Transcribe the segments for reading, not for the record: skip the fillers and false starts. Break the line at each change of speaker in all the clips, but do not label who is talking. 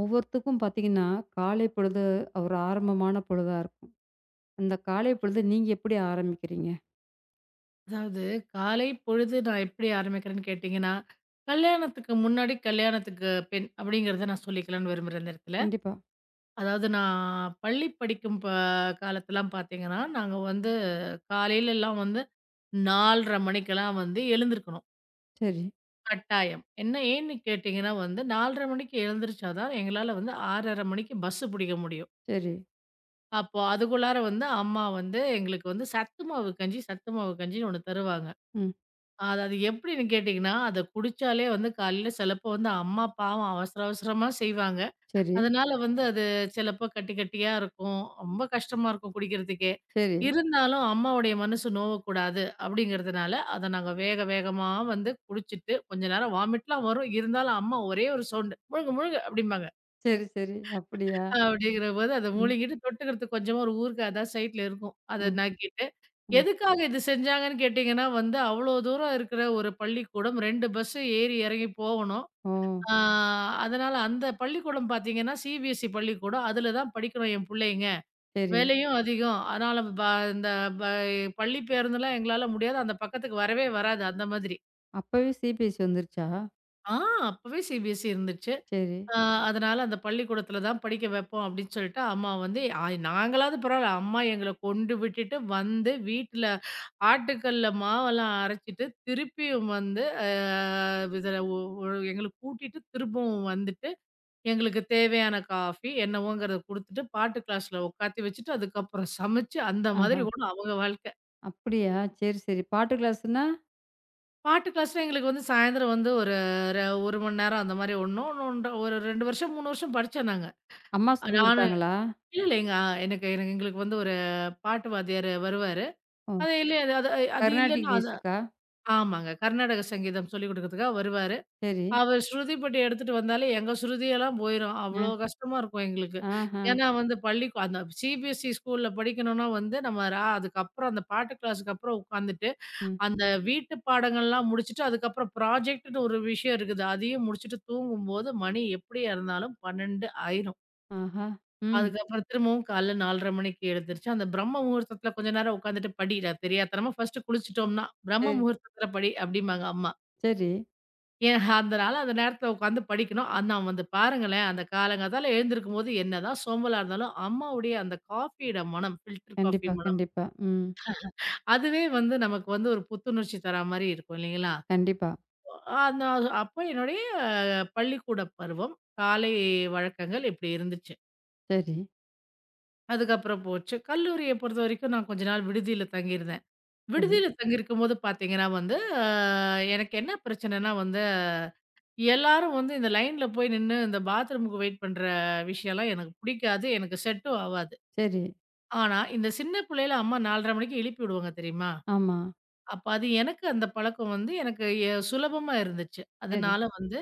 ஒவ்வொருத்துக்கும் பார்த்தீங்கன்னா, காலை பொழுது ஒரு ஆரம்பமான பொழுதா இருக்கும். அந்த காலை பொழுது நீங்க எப்படி ஆரம்பிக்கிறீங்க?
அதாவது காலை பொழுது நான் எப்படி ஆரம்பிக்கிறேன்னு கேட்டிங்கன்னா, கல்யாணத்துக்கு முன்னாடி கல்யாணத்துக்கு பின் அப்படிங்கிறத நான் சொல்லிக்கலாம்னு விரும்புறேன் இந்த இடத்துல.
கண்டிப்பா.
அதாவது நான் பள்ளி படிக்கும் காலத்தலாம் பார்த்தீங்கன்னா, நாங்க வந்து காலையிலலாம் வந்து 4:30 மணிக்கெல்லாம் வந்து எழுந்திருக்கணும்
சரி,
கட்டாயம். என்ன ஏன்னு கேட்டிங்கன்னா வந்து 4:30 மணிக்கு எழுந்திரிச்சா தான் எங்களால வந்து 6:30 மணிக்கு பஸ்ஸு பிடிக்க முடியும்.
சரி.
அப்போ அதுக்குள்ளார வந்து அம்மா வந்து எங்களுக்கு வந்து சத்து மாவு கஞ்சி, சத்து மாவு கஞ்சின்னு ஒண்ணு தருவாங்க.
ம்.
அது அது எப்படின்னு கேட்டீங்கன்னா, அத குடிச்சாலே வந்து காலையில சிலப்போ வந்து அம்மா பாவம் அவசர அவசரமா செய்வாங்க.
சரி,
அதனால வந்து அது சிலப்போ கட்டி கட்டியா இருக்கும். ரொம்ப கஷ்டமா இருக்கும் குடிக்கிறதுக்கே.
சரி,
இருந்தாலும் அம்மாவுடைய மனசு நோவக்கூடாது அப்படிங்கிறதுனால, அத நாங்க வேக வேகமா வந்து குடிச்சிட்டு கொஞ்ச நேரம் வாமிட்லாம் வரும். இருந்தாலும் அம்மா ஒரே ஒரு சவுண்டு "முழுங்கு முழுங்கு" அப்படிம்பாங்க.
சரி, சரி. அப்படியா?
அப்படிங்கிற போது அத
ம்,
முழுங்கிட்டு தொட்டுக்கிறதுக்கு கொஞ்சமா ஒரு ஊறுகாய் அதான் சைட்ல இருக்கும். அத
ம்,
நக்கிட்டு,
ம்.
எதுக்காக இது செஞ்சாங்கன்னு கேட்டீங்கன்னா வந்து, அவ்வளோ தூரம் இருக்கிற ஒரு பள்ளிக்கூடம் 2 பஸ் ஏறி இறங்கி போகணும்.
ஓ!
ஆ அதனால அந்த பள்ளிக்கூடம் பார்த்தீங்கன்னா, CBSE பள்ளிக்கூடம். அதில தான் படிக்கணும் என் புள்ளைங்க.
சரி.
விலையும் அதிகம். அதனால இந்த ப பள்ளி பேருந்துலாம் எங்களால முடியாது. அந்த பக்கத்துக்கு வரவே வராது அந்த மாதிரி.
அப்பவே சிபிஎஸ்சி வந்துருச்சா?
ஆ அப்பவே சிபிஎஸ்இ இருந்துச்சு.
சரி.
ஆ அதனால அந்த பள்ளிக்கூடத்துல தான் படிக்க வைப்போம் அப்படின்னு சொல்லிட்டு அம்மா வந்து நாங்களாவது பரவாயில்ல அம்மா எங்கள கொண்டு விட்டுட்டு வந்து வீட்டுல ஆட்டுக்கல்ல மாவெல்லாம் அரைச்சிட்டு திருப்பியும் வந்து இதுல எங்களை கூட்டிட்டு திரும்பவும் வந்துட்டு எங்களுக்கு தேவையான காஃபி என்னவோங்கிறத கொடுத்துட்டு பாட்டு கிளாஸ்ல உட்காத்தி வச்சுட்டு அதுக்கப்புறம் சமைச்சு அந்த மாதிரி
ஆஹா!
கூட அவங்க வாழ்க்கை.
அப்படியா? சரி, சரி. பாட்டு கிளாஸ்ன்னா,
பாட்டு கிளாஸ்ல எங்களுக்கு வந்து சாயந்தரம் வந்து ஒரு ஒரு மணி நேரம் அந்த மாதிரி ஒன்றும் ஒரு ரெண்டு வருஷம் மூணு வருஷம் படித்தேன். நாங்கள்
அம்மா சொல்லிக்
இல்ல,
குடுத்தாங்களா?
இல்லங்க. அ எனக்கு எனக்கு எங்களுக்கு வந்து ஒரு பாட்டு வாத்தியாரு வருவாரு.
ஓ!
அது இல்ல அது அது அது
கர்நாடிக்
இல்லன்னா அது
மியூசிக்கா?
ஆமாங்க. கர்நாடக சங்கீதம் சொல்லிக் குடுக்கறதுக்காக வருவாரு.
சரி.
அவர் ஸ்ருதி பெட்டி எடுத்துட்டு வந்தாலே எங்க ஸ்ருதியெல்லாம் போயிரும்.
அ.
அவ்ளோ கஷ்டமா இருக்கும் எங்களுக்கு.
ஆஹா!
ஏன்னா வந்து அந்த சிபிஎஸ்இ ஸ்கூல்ல படிக்கணும்னா வந்து நம்ம ரா அதுக்கப்புறம் அந்த பாட்டு கிளாஸ்க்கு அப்புறம் உட்காந்துட்டு,
ம்.
அந்த வீட்டு பாடங்கள்லாம் முடிச்சுட்டு, அதுக்கப்புறம் ப்ராஜெக்ட்ன்னு ஒரு விஷயம் இருக்குது. அதையும் முடிச்சுட்டு தூங்கும்போது மணி எப்படியா இருந்தாலும் 12 ஆயிரும்.
ஆஹா! ம்.
அதுக்கப்புறம் திரும்பவும் காலைல 4:30 மணிக்கு எழுந்திரிச்சு, அந்த பிரம்ம முகூர்த்தத்தில கொஞ்ச நேரம் உட்காந்துட்டு தெரியாத்தனமா ஃபர்ஸ்ட்டு குளிச்சுட்டோம்னா, பிரம்ம
சரி,
முகூர்த்தத்தில படி அப்படிம்பாங்க அம்மா.
சரி.
ஏன் அதனால அந்த நேரத்தில உட்காந்து படிக்கணும். ஆனா வந்து பாருங்களேன், அந்த காலங்காத்தால எழுந்திருக்கும்போது என்னதான் சோம்பலா இருந்தாலும், அம்மாவுடைய அந்த காஃபியோட மனம், ஃபில்டர் காஃபி
கண்டிப்பா,
மனம்,
கண்டிப்பா. ம்.
அதுவே வந்து நமக்கு வந்து ஒரு புத்துணர்ச்சி தரா மாரி இருக்கும் இல்லைங்களா?
கண்டிப்பா.
அந்த அப்போ என்னுடைய பள்ளிக்கூட பருவம், காலை வழக்கங்கள் இப்படி இருந்துச்சு.
சரி,
அதுக்கப்புறம் போச்சு. கல்லூரிய பொறுத்தவரைக்கும் நான் கொஞ்ச நாள் விடுதியில தங்கியிருந்தேன்.
சரி,
விடுதியில தங்கியிருக்கும்போது பார்த்தீங்கன்னா வந்து, அ எனக்கு என்ன பிரச்சனைன்னா வந்து, எல்லாரும் வந்து இந்த லைன்ல போய் நின்னு இந்த பாத்ரூமுக்கு வெயிட் பண்ற விஷயம்லாம் எனக்கு பிடிக்காது. எனக்கு செட்டும் ஆவாது.
சரி.
ஆனா, இந்த சின்ன பிள்ளையில அம்மா 4:30 மணிக்கு எழுப்பி விடுவாங்க தெரியுமா?
ஆமா.
அப்ப அது எனக்கு அந்த பழக்கம் வந்து எனக்கு சுலபமா இருந்துச்சு.
சரி.
அதனால வந்து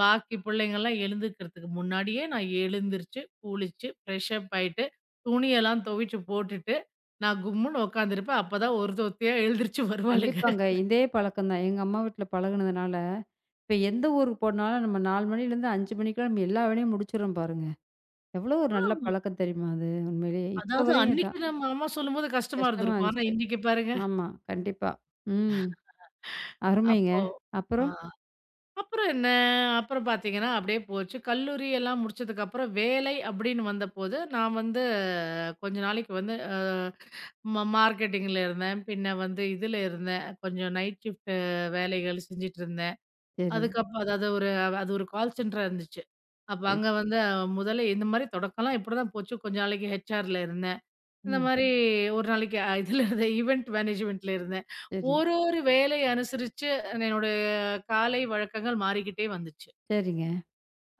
பாக்கி பிள்ளைங்கலாம் எழுந்துக்கிறதுக்கு முன்னாடியே நான் எழுந்திருச்சு, குளிச்சு, ஃப்ரெஷ் அப் ஆயிட்டு, துணியெல்லாம் துவைச்சு போட்டுட்டு, நான் கும்முன்னு உட்காந்துருப்பேன். அப்பதான் ஒருத்தி ஒருத்தியா எழுந்திரிச்சு வருவாளுங்க.
கண்டிப்பாங்க. இதே பழக்கம் தான். எங்க அம்மா வீட்ல பழகுனதுனால, இப்ப எந்த ஊருக்கு போனாலும் நம்ம 4 மணிலேருந்து 5 மணிக்குள்ள நம்ம எல்லா வேலையும் முடிச்சுர்றோம் பாருங்க. எவ்வளோ ஒரு நல்ல
ஆமா.
பழக்கம் தெரியுமா அது உண்மையிலேயே. இப்ப
அதாவது
வரையும்
அன்னைக்கு
இதான்.
நம்ம அம்மா சொல்லும்போது கஷ்டமா
கஷ்டமா
இருந்திருக்கும். ஆனா
இருந்துச்சு.
இன்னைக்கு பாருங்க.
ஆமா, கண்டிப்பா. ம். அருமைங்க.
அப்போ ஆ
அப்புறம்?
அப்புறம் என்ன? அப்புறம் பார்த்தீங்கன்னா, அப்படியே போச்சு. கல்லூரி எல்லாம் முடிச்சதுக்கப்புறம் வேலை அப்படின்னு வந்தபோது, நான் வந்து கொஞ்ச நாளைக்கு வந்து அ ம மார்க்கெட்டிங்ல இருந்தேன். பின்ன வந்து இதுல இருந்தேன். கொஞ்சம் நைட் ஷிஃப்ட் வேலைகள் செஞ்சுட்டு இருந்தேன்.
சரி.
அதுக்கப்புறம் அதாவது ஒரு அது ஒரு கால் சென்டரா இருந்துச்சு. அப்ப
சரி.
அங்க வந்து முதல்ல இந்த மாரி தொடக்கம்லாம் இப்படிதான் போச்சு. கொஞ்ச நாளைக்கு ஹெச்ஆர்ல இருந்தேன். இந்த
ம்.
மாரி ஒரு நாளைக்கு இதுல இருந்தேன். ஈவென்ட் மேனேஜ்மென்ட்ல இருந்தேன்.
சரி.
ஒரு ஒரு வேலைய அனுசரிச்சு என்னுடைய காலை வழக்கங்கள் மாறிக்கிட்டே வந்துச்சு.
சரிங்க.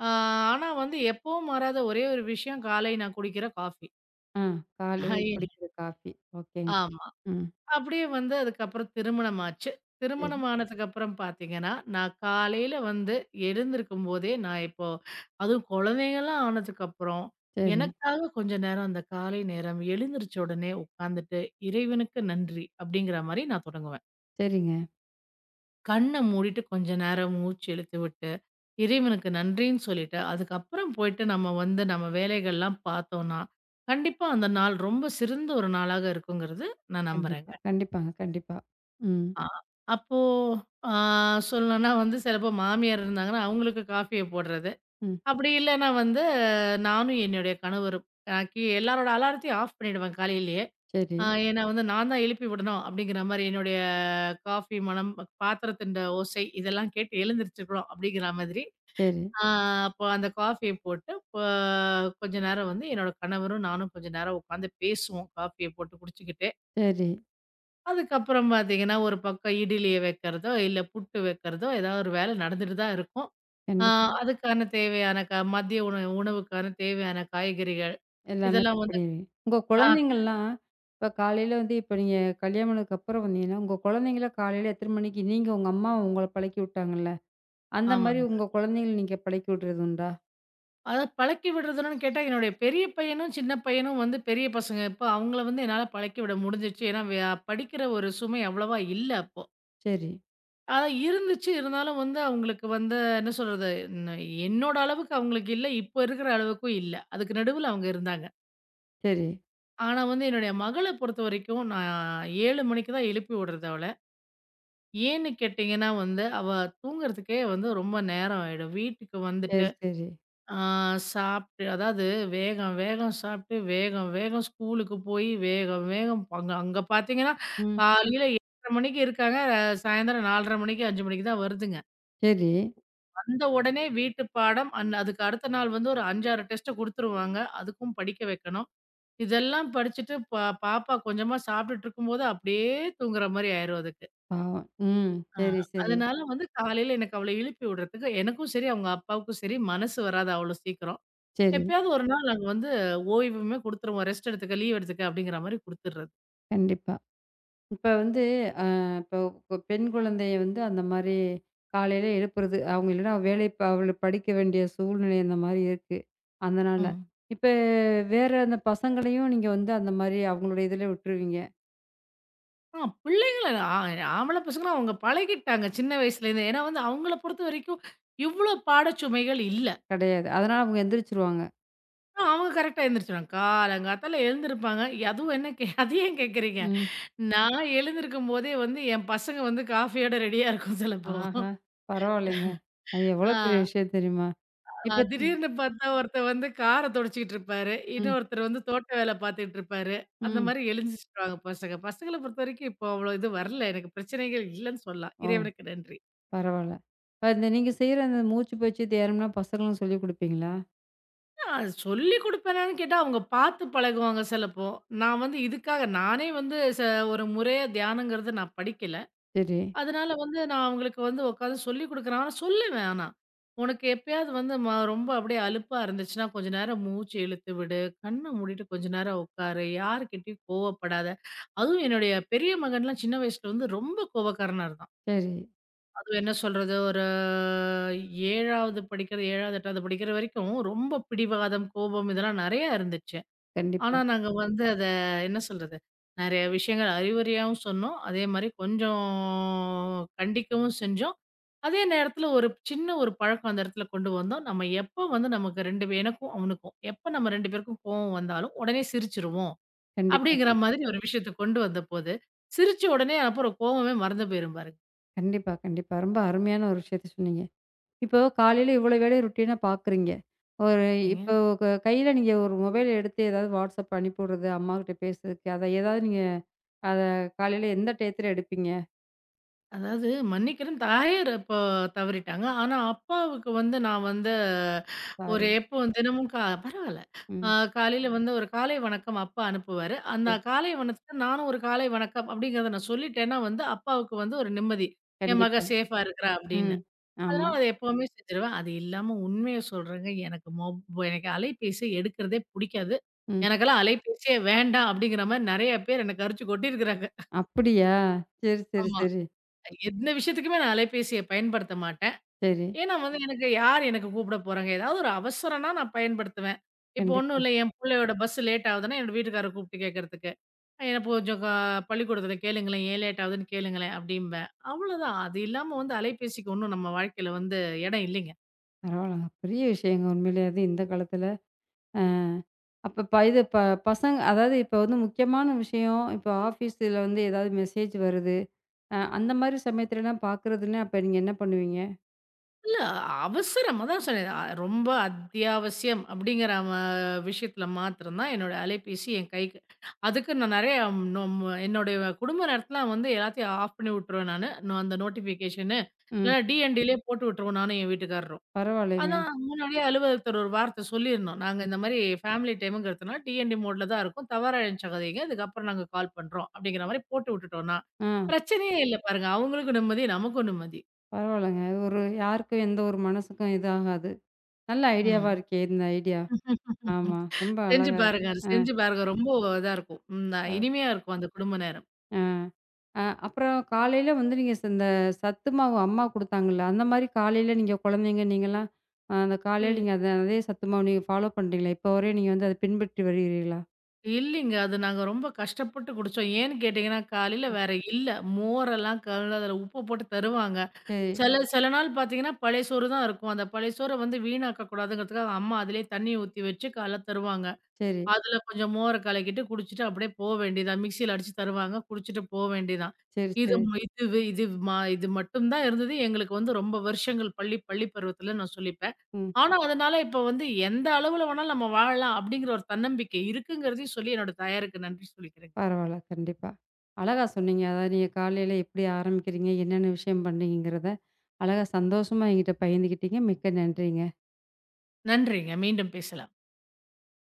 ஆ ஆனா வந்து எப்பவும் மாறாத ஒரே ஒரு விஷயம் காலை நான் குடிக்கிற காஃபி.
ஆ. காலை குடிக்கிற காஃபி. ஓகேங்க.
ஆமா.
ம்.
அப்படியே வந்து அதுக்கப்புறம் திருமணம் ஆச்சு.
சரி,
திருமணம் ஆனதுக்கப்புறம் பார்த்தீங்கன்னா, நான் காலையில வந்து எழுந்திருக்கும் போதே, நான் இப்போ அதுவும் குழந்தைங்கலாம் ஆனதுக்கப்புறம்,
சரி.
எனக்காக கொஞ்ச நேரம் அந்த காலை நேரம் எழுந்திரிச்ச உடனே உட்காந்துட்டு, இறைவனுக்கு நன்றி அப்படிங்கிற மாரி நான் தொடங்குவேன்.
சரிங்க.
கண்ண மூடிட்டு கொஞ்ச நேரம் மூச்சு இழுத்து விட்டு, இறைவனுக்கு நன்றின்னு சொல்லிட்டு, அதுக்கப்புறம் போயிட்டு நம்ம வேலைகள்லாம் பார்த்தோம்னா, கண்டிப்பா அந்த நாள் ரொம்ப சிறந்த ஒரு நாளாக இருக்குங்கிறது நான்
கண்டிப்பா.
நம்புறேங்க.
கண்டிப்பாங்க. கண்டிப்பா. ம்.
ஆ அப்போ ஆ சொல்லணும்னா வந்து சிலப்போ மாமியார் இருந்தாங்கன்னா, அவங்களுக்கு காஃபிய போடுறது.
ம்.
அப்படி இல்லன்னா வந்து நானும் என்னுடைய கணவரும். அ கி எல்லாரோட அலாரத்தையும் ஆஃப் பண்ணிடுவேன் காலையிலேயே.
சரி,
ஏன்னா வந்து நான் தான் எழுப்பி விடணும் அப்படிங்கிற மாரி என்னுடைய காஃபி மணம், பாத்திரத்தின்ட ஓசை இதெல்லாம் கேட்டு எழுந்திரிச்சுக்கணும் அப்படிங்கிற மாதிரி.
சரி.
ஆ அப்போ அந்த காஃபிய போட்டு கொஞ்ச நேரம் வந்து என்னோட கணவரும் நானும் கொஞ்ச நேரம் உட்காந்து பேசுவோம். காஃபிய போட்டு குடிச்சுக்கிட்டு.
சரி.
அதுக்கப்புறம் பார்த்தீங்கன்னா, ஒரு பக்கம் இடிலிய வைக்கிறதோ, இல்ல புட்டு வைக்கிறதோ, ஏதாவது ஒரு வேலை நடந்துட்டு தான் இருக்கும். ஆ
கண்டிப்பா.
அதுக்கான தேவையான மதிய உணவு உணவுக்கான தேவையான காய்கறிகள்,
எல்லாமே
இதெல்லாம்
கட்
வந்து
பண்ணிருவீங்க. உங்க
ஆ.
குழந்தைங்கள்லாம் இப்ப காலையில வந்து இப்ப நீங்க கல்யாணம் ஆனதுக்கப்புறம் வந்தீங்கன்னா, உங்க குழந்தைங்கள காலையில எத்தன மணிக்கு நீங்க உங்க அம்மா உங்கள பழக்கி விட்டாங்கல்ல, அந்த மாரி
ஆமாங்க.
உங்க குழந்தைங்கள நீங்க பழக்கி விடுறது உண்டா?
அதாவது பழக்கி விடுறதுன்னு கேட்டா, என்னுடைய பெரிய பையனும், சின்ன பையனும் வந்து பெரிய பசங்க. இப்ப அவங்கள வந்து என்னால பழக்கி விட முடிஞ்சிருச்சு. ஏன்னா, படிக்கிற ஒரு சுமை அவ்வளவா இல்ல அப்போ.
சரி,
ஆனா இருந்துச்சு. இருந்தாலும் வந்து அவங்களுக்கு வந்து என்ன சொல்றது? ந என்னோட அளவுக்கு அவங்களுக்கு இல்ல. இப்போ இருக்கிற அளவுக்கும் இல்ல. அதுக்கு நடுவுல அவங்க இருந்தாங்க.
சரி,
ஆனா வந்து என்னுடைய மகள பொறுத்தவரைக்கும், நான் 7 மணிக்கு தான் எழுப்பி விடுறது அவள. ஏன்னு கேட்டீங்கன்னா வந்து, அவ தூங்குறதுக்கே வந்து ரொம்ப நேரம் ஆயிடும். வீட்டுக்கு வந்துட்டு,
சரி, சரி.
ஆ சாப்ட்டு அதாவது வேகம் வேகம் சாப்ட்டு, வேகம் வேகம் ஸ்கூலுக்கு போய், வேகம் வேகம் அங்க அங்க பாத்தீங்கன்னா,
ம்.
காலையில 8:30 மணிக்கு இருக்காங்க. சாயந்தரம் 4:30 மணிக்கு, 5 மணிக்கு தான் வருதுங்க.
சரி.
வந்த உடனே வீட்டு பாடம், அதுக்கு அடுத்த நாள் வந்து ஒரு 5, 6 டெஸ்ட்ட குடுத்துருவாங்க. அதுக்கும் படிக்க வைக்கணும். இதெல்லாம் படிச்சுட்டு பாப்பா கொஞ்சமா சாப்பிட்டுட்டு இருக்கும்போது, அப்படியே தூங்குற மாரி ஆயிரும் அதுக்கு.
பாவம். ம்.
ஆ.
சரி, சரி,
அதனால வந்து காலையில எனக்கு அவள எழுப்பி விடுறதுக்கு எனக்கும் சரி, அவங்க அப்பாவுக்கும் சரி மனசு வராது அவ்வளோ சீக்கிரம்.
சரி.
எப்பயாவது ஒரு நாள் நாங்க வந்து ஓய்வுமே குடுத்துருவோம். ரெஸ்ட் எடுத்துக்க, லீவ் எடுத்துக்க அப்படிங்கிற மாரி குடுத்துடுறது.
கண்டிப்பா. இப்ப வந்து அ இப்ப பெண் குழந்தைய வந்து அந்த மாரி காலையில எழுப்புறது, அவங்க இல்லன்னா வேலை ப அவள படிக்க வேண்டிய சூழ்நிலை அந்த மாரி இருக்கு. அதனால.
ம்.
இப்ப வேற அந்த பசங்களையும் நீங்க வந்து அந்த மாரி அவங்களோட இதுல விட்டுருவீங்க.
ஆ பிள்ளைங்கள ஆ ஆம்பள பசங்கள அவங்க பழகிட்டாங்க சின்ன வயசுலேருந்து. ஏன்னா வந்து அவங்கள பொறுத்த வரைக்கும் இவ்வளோ பாடச்சுமைகள் இல்ல.
கிடையாது. அதனால அவங்க எந்திரிச்சுருவாங்க.
அவங்க கரெக்ட்டா எழுந்திரிச்சுருவாங்க. காலங்காத்தால எழுந்திருப்பாங்க. அதுவும் என்ன கே அது ஏன் கேட்கிறீங்க?
ம்.
நான் எழுந்திருக்கும்போதே வந்து என் பசங்க வந்து காஃபியோட ரெடியா இருக்கும் சிலப்போ.
ஆஹா! பரவாயில்லைங்க. அது எவ்வளோ பெரிய
ஆ
விஷயம் தெரியுமா?
அ
இப்ப ம்.
திடீர்னு பார்த்தா ஒருத்தன் வந்து கார துடைச்சுக்கிட்டு இருப்பாரு.
ம்.
இன்னொருத்தர் வந்து தோட்ட வேல பார்த்துட்டு இருப்பாரு. அந்த
ம்.
மாரி எழுந்திரிச்சுருவாங்க பசங்க. பசங்கள பொறுத்தவரைக்கும் இப்போ அவ்வளோ இது வரல. எனக்கு பிரச்சனைகள் இல்லன்னு சொல்லலாம்.
ஓ!
இறைவனுக்கு நன்றி.
பரவால்ல. இப்ப இந்த நீங்க செய்ற அந்த மூச்சு பயிற்சி தியானம்லாம் பசங்களும் சொல்லிக் குடுப்பீங்களா?
நான் சொல்லிக் குடுப்பேனான்னு கேட்டா அவங்க பார்த்து பழகுவாங்க சிலப்போ. நான் வந்து இதுக்காக நானே வந்து ஒரு முறையா தியானங்கிறது நான் படிக்கல.
சரி,
அதனால வந்து நான் அவங்களுக்கு வந்து உட்காந்து சொல்லிக் குடுக்குறேன். ஆனா சொல்லுவேன் ஆனா. "உனக்கு எப்பயாவது வந்து ரொம்ப அப்படியே அலுப்பா இருந்துச்சுன்னா, கொஞ்ச நேரம் மூச்சு இழுத்து விடு. கண்ண மூடிட்டு கொஞ்ச நேரம் உட்காரு. யார்கிட்டயும் கோவப்படாத." அதுவும் என்னுடைய பெரிய மகன்லாம் சின்ன வயசுல வந்து ரொம்ப கோவக்காரனா இருந்தான்.
சரி.
அதுவும் என்ன சொல்றது, ஒரு 7வது படிக்கிற 7வது, 8வது படிக்கிற வரைக்கும் ரொம்ப பிடிவாதம், கோபம் இதெல்லாம் நெறையா இருந்துச்சு.
கண்டிப்பா,
ஆனா, நாங்க வந்து அத என்ன சொல்றது? நெறைய விஷயங்கள் அறிவுரையாவும் சொன்னோம். அதே மாரி கொஞ்சம் கண்டிக்கவும் செஞ்சோம். அதே நேரத்துல ஒரு சின்ன ஒரு பழக்கம் அந்த இடத்துல கொண்டு வந்தோம். நம்ம எப்ப வந்து நமக்கு 2 பே எனக்கும் அவனுக்கும், எப்ப நம்ம 2 பேருக்கும் கோவம் வந்தாலும், உடனே சிரிச்சுருவோம்.
கண்டிப்பா.
அப்படிங்கிற மாதிரி ஒரு விஷயத்த கொண்டு வந்தபோது, சிரிச்ச உடனே அப்புறம் கோவமே மறந்து போயிரும்
கண்டிப்பா, கண்டிப்பா. ரொம்ப அருமையான ஒரு விஷயத்த சொன்னீங்க. இப்போ காலையில இவ்வளோ வேலைய ரொட்டீனா பார்க்குறீங்க. ஒரு
பாருங்க.
இப்போ கையில நீங்க ஒரு மொபைல எடுத்து ஏதாவது WhatsApp அனுப்பி விடுறது, அம்மாகிட்ட பேசுறதுக்கு, அத ஏதாவது நீங்க அத காலையில எந்த டயத்துல எடுப்பீங்க?
அதாவது மன்னிக்கிறேன் தாயார் அப்போ தவறிட்டாங்க. ஆனா, அப்பாவுக்கு வந்து நான் வந்து ஒரு
சாரி.
எப்பவும் தினமும் பரவால்ல. அ
ம்.
காலையில வந்து ஒரு காலை வணக்கம் அப்பா அனுப்புவாரு. அந்த
சரி.
காலை வணக்கத்த நானும் ஒரு காலை வணக்கம் அப்படிங்கிறத நான் சொல்லிட்டேன்னா வந்து, அப்பாவுக்கு வந்து ஒரு நிம்மதி. என் மக
கண்டிப்பா.
சேஃபா இருக்கிறா அப்படின்னு.
ம். ஆமா.
அதனால அத எப்பவுமே செஞ்சுருவேன். அது இல்லாம உண்மைய சொல்றேங்க, எனக்கு எனக்கு அலைபேசி எடுக்கிறதே புடிக்காது.
ம்.
எனக்கெல்லாம் அலைபேசியே வேண்டாம் அப்படிங்கிற மாரி நெறைய பேர் என்ன கரிச்சு கொட்டியிருக்கிறாங்க.
அப்படியா? சரி, சரி,
ஆமா.
சரி,
எந்த விஷயத்துக்குமே நான் அலைபேசிய பயன்படுத்த மாட்டேன்.
சரி.
ஏன்னா வந்து எனக்கு யார் எனக்கு கூப்பிட போறாங்க? ஏதாவது ஒரு அவசரம்னா நான் பயன்படுத்துவேன். இப்போ ஒண்ணும்
கண்டிப்பா.
இல்ல என் புள்ளையோட பஸ் லேட் ஆகுதுன்னா, என்னோட வீட்டுக்காரர கூப்பிட்டு கேட்கறதுக்கு. எனக்கு கொஞ்சம் பள்ளிக்கூடத்துல கேளுங்களேன், ஏன் லேட் ஆகுதுன்னு கேளுங்களேன் அப்படிம்பேன். அவ்வளோதான். அது இல்லாம வந்து அலைபேசிக்கு ஒண்ணும் நம்ம வாழ்க்கையில வந்து இடம் இல்லைங்க.
பரவால்லங்க. பெரிய விஷயங்க உண்மையிலே அது இந்த காலத்துல. அ அப்ப ப இது ப பசங்க அதாவது இப்ப வந்து முக்கியமான விஷயம், இப்போ ஆஃபீஸில வந்து ஏதாவது மெசேஜ் வருது. அந்த மாரி சமயத்துலலாம் பார்க்குறதுன்னா, அப்ப நீங்க என்ன பண்ணுவீங்க?
இல்ல அவசரம். அதான் சொன்னேன். ரொம்ப அத்தியாவசியம் அப்படிங்கிற விஷயத்துல மாத்திரம் தான் என்னோட அலைபேசி என் கைக்கு. அதுக்கு நான் நெறைய நொம் என்னுடைய குடும்ப நேரத்துலாம் வந்து எல்லாத்தையும் ஆஃப் பண்ணி விட்டுருவேன் நானு. நான் அந்த நோட்டிஃபிகேஷனு
ம்.
இல்ல டிஎன்டிலயே போட்டு விட்டுருவோம் நானும் என் வீட்டுக்காரரும்.
பரவாயில்லைங்க.
அதான் முன்னாடியே அலுவலகத்துல ஒரு வார்த்தை சொல்லியிருந்தோம். நாங்க இந்த மாரி ஃபேமிலி டைம்ங்கிறதுனால டிஎன்டி மோட்ல தான் இருக்கும். தவறா நினச்சுக்காதீங்க. இதுக்கப்புறம் நாங்க கால் பண்றோம் அப்படிங்கிற மாரி போட்டு விட்டுட்டோம்னா,
ஆ
பிரச்சனையே இல்ல பாருங்க. அவங்களுக்கும் நிம்மதி, நமக்கும் நிம்மதி.
பரவாயில்லங்க. ஒரு யாருக்கும் எந்த ஒரு மனசுக்கும் இது ஆகாது. நல்ல ஐடியாவா
ம்.
இருக்கே! இந்த ஐடியா. ஆமா. ரொம்ப
செஞ்சு
அழகா இருக்கு.
பாருங்க. அது
அ
செஞ்சு பாருங்க. ரொம்ப இதா இருக்கும். ம் நான்
அ
இனிமையா இருக்கும் அந்த குடும்ப நேரம்.
அ அப்புறம் காலையில வந்து நீங்க இந்த சத்து மாவு அம்மா குடுத்தாங்கல்ல, அந்த மாரி காலையில நீங்க குழந்தைங்க நீங்கலாம் அந்த காலையில
இ
நீங்க அத அதே சத்து மாவு நீங்க ஃபாலோ பண்றீங்களா? இப்போ வரையும் நீங்க வந்து அத பின்பற்றி வருகிறீர்களா?
இல்லைங்க. அது நாங்க ரொம்ப கஷ்டப்பட்டு குடிச்சோம். ஏன்னு கேட்டீங்கன்னா, காலையில வேற இல்ல. மோரெல்லாம் கலந்து அதில உப்பு போட்டு தருவாங்க.
சரி,
சில சில நாள் பார்த்தீங்கன்னா, பழைய சோறு தான் இருக்கும். அந்த பழைய சோற வந்து வீணாக்கக்கூடாதுங்கிறதுக்காக அம்மா அதிலேயே தண்ணி ஊத்தி வச்சு காலைல தருவாங்க.
சரி,
அதுல கொஞ்சம் மோர கலக்கிட்டு குடிச்சிட்டு அப்படியே போ வேண்டியதான். மிக்ஸியில அடிச்சு தருவாங்க. குடிச்சிட்டு போ வேண்டியதான்.
சரி,
இது
சரி.
ம- இது வி- இது மா இது மட்டும் தான் இருந்தது. எங்களுக்கு வந்து ரொம்ப வருஷங்கள் பள்ளி பள்ளி பருவத்துல நான் சொல்லிப்பேன்.
ம்.
ஆனா, அதனால இப்ப வந்து எந்த அளவுல வேணாலும் நம்ம வாழலாம் அப்படிங்கிற ஒரு தன்னம்பிக்கை இருக்குங்கிறதையும் சொல்லி என்னோட தாயாருக்கு நன்றி சொல்லிக்கிறேங்க.
பரவால்ல. கண்டிப்பா. அழகா சொன்னீங்க. அதாவது நீங்க காலையில எப்படி ஆரம்பிக்கிறீங்க? என்னென்ன விஷயம் பண்ணீங்கங்கிறத, அழகா சந்தோஷமா என்கிட்ட பகிர்ந்துக்கிட்டீங்க. மிக்க நன்றிங்க.
நன்றிங்க. மீண்டும் பேசலாம்.